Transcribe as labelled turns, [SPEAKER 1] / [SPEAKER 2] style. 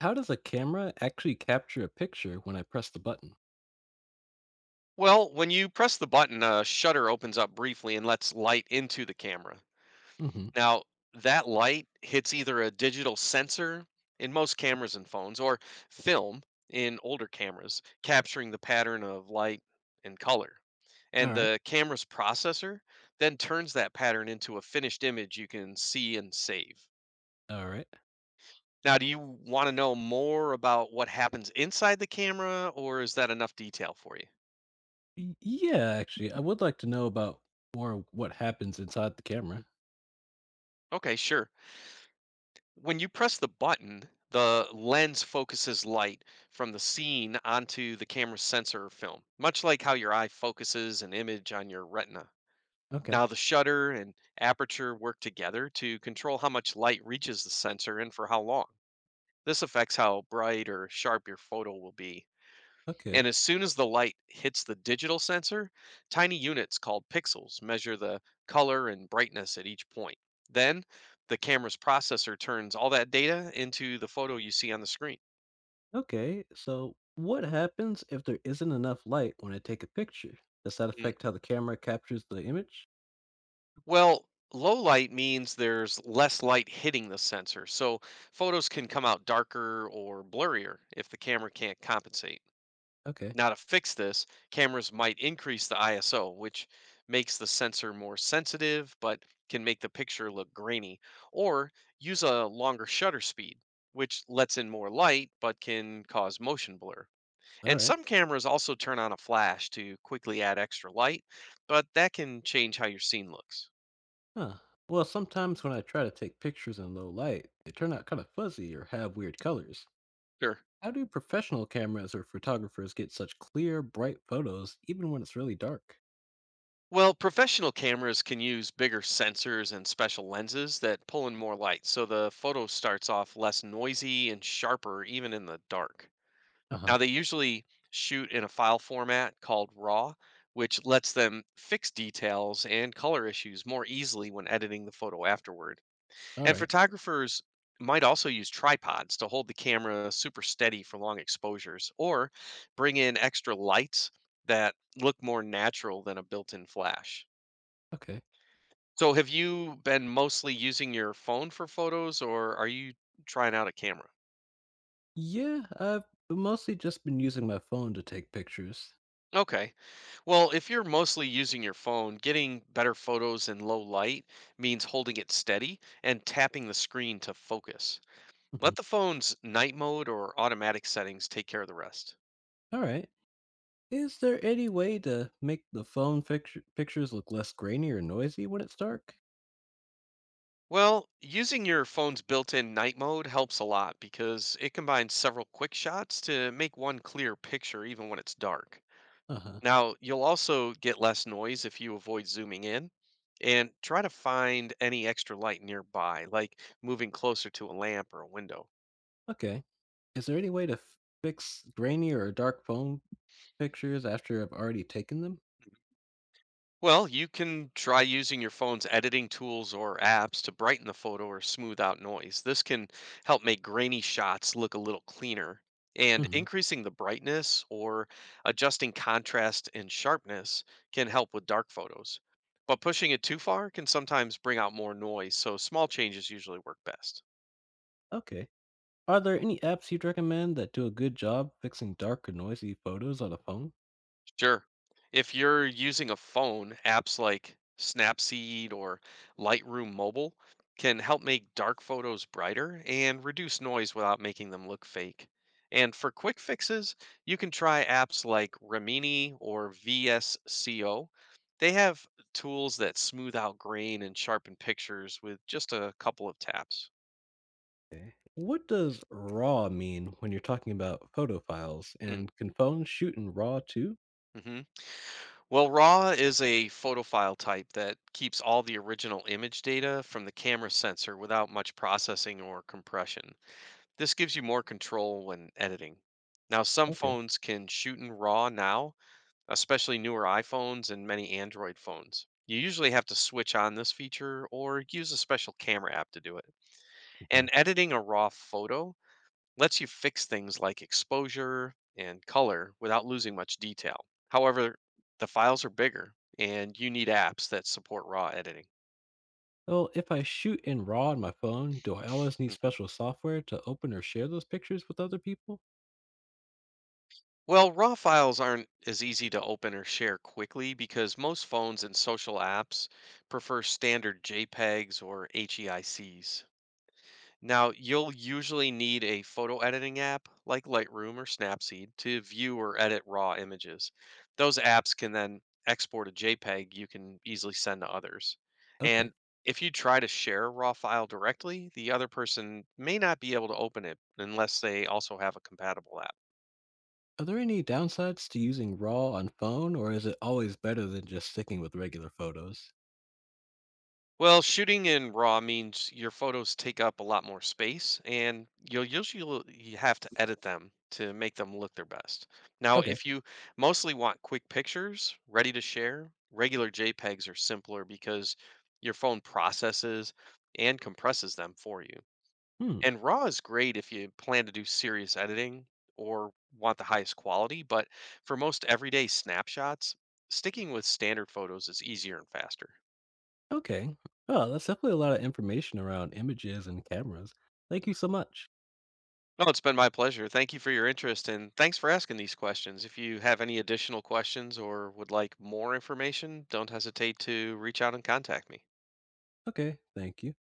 [SPEAKER 1] How does a camera actually capture a picture when I press the button?
[SPEAKER 2] Well, when you press the button, a shutter opens up briefly and lets light into the camera.
[SPEAKER 1] Hmm.
[SPEAKER 2] Now, that light hits either a digital sensor in most cameras and phones or film in older cameras, capturing the pattern of light and color.
[SPEAKER 1] All
[SPEAKER 2] And
[SPEAKER 1] right.
[SPEAKER 2] the camera's processor then turns that pattern into a finished image you can see and save.
[SPEAKER 1] All right.
[SPEAKER 2] Now, do you want to know more about what happens inside the camera, or is that enough detail for you?
[SPEAKER 1] Yeah, actually, I would like to know about more what happens inside the camera.
[SPEAKER 2] Okay, sure. When you press the button, the lens focuses light from the scene onto the camera's sensor or film, much like how your eye focuses an image on your retina.
[SPEAKER 1] Okay.
[SPEAKER 2] Now, the shutter and aperture work together to control how much light reaches the sensor and for how long. This affects how bright or sharp your photo will be.
[SPEAKER 1] Okay.
[SPEAKER 2] And as soon as the light hits the digital sensor, tiny units called pixels measure the color and brightness at each point. Then the camera's processor turns all that data into the photo you see on the screen.
[SPEAKER 1] Okay. So what happens if there isn't enough light when I take a picture? Does that
[SPEAKER 2] Mm.
[SPEAKER 1] affect how the camera captures the image?
[SPEAKER 2] Well, low light means there's less light hitting the sensor, so photos can come out darker or blurrier if the camera can't compensate.
[SPEAKER 1] Okay.
[SPEAKER 2] Now, to fix this, cameras might increase the ISO, which makes the sensor more sensitive but can make the picture look grainy, or use a longer shutter speed, which lets in more light but can cause motion blur.
[SPEAKER 1] All
[SPEAKER 2] And
[SPEAKER 1] right.
[SPEAKER 2] some cameras also turn on a flash to quickly add extra light, but that can change how your scene looks.
[SPEAKER 1] Huh. Well, sometimes when I try to take pictures in low light, they turn out kind of fuzzy or have weird colors.
[SPEAKER 2] Sure.
[SPEAKER 1] How do professional cameras or photographers get such clear, bright photos even when it's really dark?
[SPEAKER 2] Well, professional cameras can use bigger sensors and special lenses that pull in more light, so the photo starts off less noisy and sharper even in the dark.
[SPEAKER 1] Uh huh.
[SPEAKER 2] Now, they usually shoot in a file format called RAW, which lets them fix details and color issues more easily when editing the photo afterward.
[SPEAKER 1] All
[SPEAKER 2] And
[SPEAKER 1] right.
[SPEAKER 2] photographers might also use tripods to hold the camera super steady for long exposures or bring in extra lights that look more natural than a built in flash.
[SPEAKER 1] Okay.
[SPEAKER 2] So have you been mostly using your phone for photos or are you trying out a camera?
[SPEAKER 1] Yeah, I've mostly just been using my phone to take pictures.
[SPEAKER 2] Okay. Well, if you're mostly using your phone, getting better photos in low light means holding it steady and tapping the screen to focus.
[SPEAKER 1] Hmm.
[SPEAKER 2] Let the phone's night mode or automatic settings take care of the rest.
[SPEAKER 1] All right. Is there any way to make the pictures look less grainy or noisy when it's dark?
[SPEAKER 2] Well, using your phone's built in night mode helps a lot because it combines several quick shots to make one clear picture even when it's dark.
[SPEAKER 1] Uh huh.
[SPEAKER 2] Now, you'll also get less noise if you avoid zooming in and try to find any extra light nearby, like moving closer to a lamp or a window.
[SPEAKER 1] Okay. Is there any way to fix grainy or dark phone pictures after I've already taken them?
[SPEAKER 2] Well, you can try using your phone's editing tools or apps to brighten the photo or smooth out noise. This can help make grainy shots look a little cleaner. And
[SPEAKER 1] Hmm.
[SPEAKER 2] increasing the brightness or adjusting contrast and sharpness can help with dark photos. But pushing it too far can sometimes bring out more noise, so small changes usually work best.
[SPEAKER 1] Okay. Are there any apps you'd recommend that do a good job fixing dark or noisy photos on a phone?
[SPEAKER 2] Sure. If you're using a phone, apps like Snapseed or Lightroom Mobile can help make dark photos brighter and reduce noise without making them look fake. And for quick fixes, you can try apps like Rimini or VSCO. They have tools that smooth out grain and sharpen pictures with just a couple of taps.
[SPEAKER 1] Okay. What does RAW mean when you're talking about photo files?
[SPEAKER 2] Mm,
[SPEAKER 1] And can phones shoot in RAW too?
[SPEAKER 2] Mm-hmm. Well, RAW is a photophile type that keeps all the original image data from the camera sensor without much processing or compression. This gives you more control when editing. Now, some
[SPEAKER 1] Okay.
[SPEAKER 2] phones can shoot in RAW now, especially newer iPhones and many Android phones. You usually have to switch on this feature or use a special camera app to do it.
[SPEAKER 1] Hmm.
[SPEAKER 2] And editing a RAW photo lets you fix things like exposure and color without losing much detail. However, the files are bigger and you need apps that support raw editing.
[SPEAKER 1] Well, if I shoot in RAW on my phone, do I always need
[SPEAKER 2] Mhm.
[SPEAKER 1] special software to open or share those pictures with other people?
[SPEAKER 2] Well, raw files aren't as easy to open or share quickly because most phones and social apps prefer standard JPEGs or HEICs. Now, you'll usually need a photo editing app like Lightroom or Snapseed to view or edit raw images. Those apps can then export a JPEG you can easily send to others.
[SPEAKER 1] Okay.
[SPEAKER 2] And if you try to share a raw file directly, the other person may not be able to open it unless they also have a compatible app.
[SPEAKER 1] Are there any downsides to using RAW on phone, or is it always better than just sticking with regular photos?
[SPEAKER 2] Well, shooting in RAW means your photos take up a lot more space, and you have to edit them to make them look their best. Now,
[SPEAKER 1] Okay.
[SPEAKER 2] if you mostly want quick pictures ready to share, regular JPEGs are simpler because your phone processes and compresses them for you.
[SPEAKER 1] Hmm.
[SPEAKER 2] And RAW is great if you plan to do serious editing or want the highest quality, but for most everyday snapshots, sticking with standard photos is easier and faster.
[SPEAKER 1] Okay. Oh, that's definitely a lot of information around images and cameras. Thank you so much.
[SPEAKER 2] No, it's been my pleasure. Thank you for your interest and thanks for asking these questions. If you have any additional questions or would like more information, don't hesitate to reach out and contact me.
[SPEAKER 1] Okay. Thank you.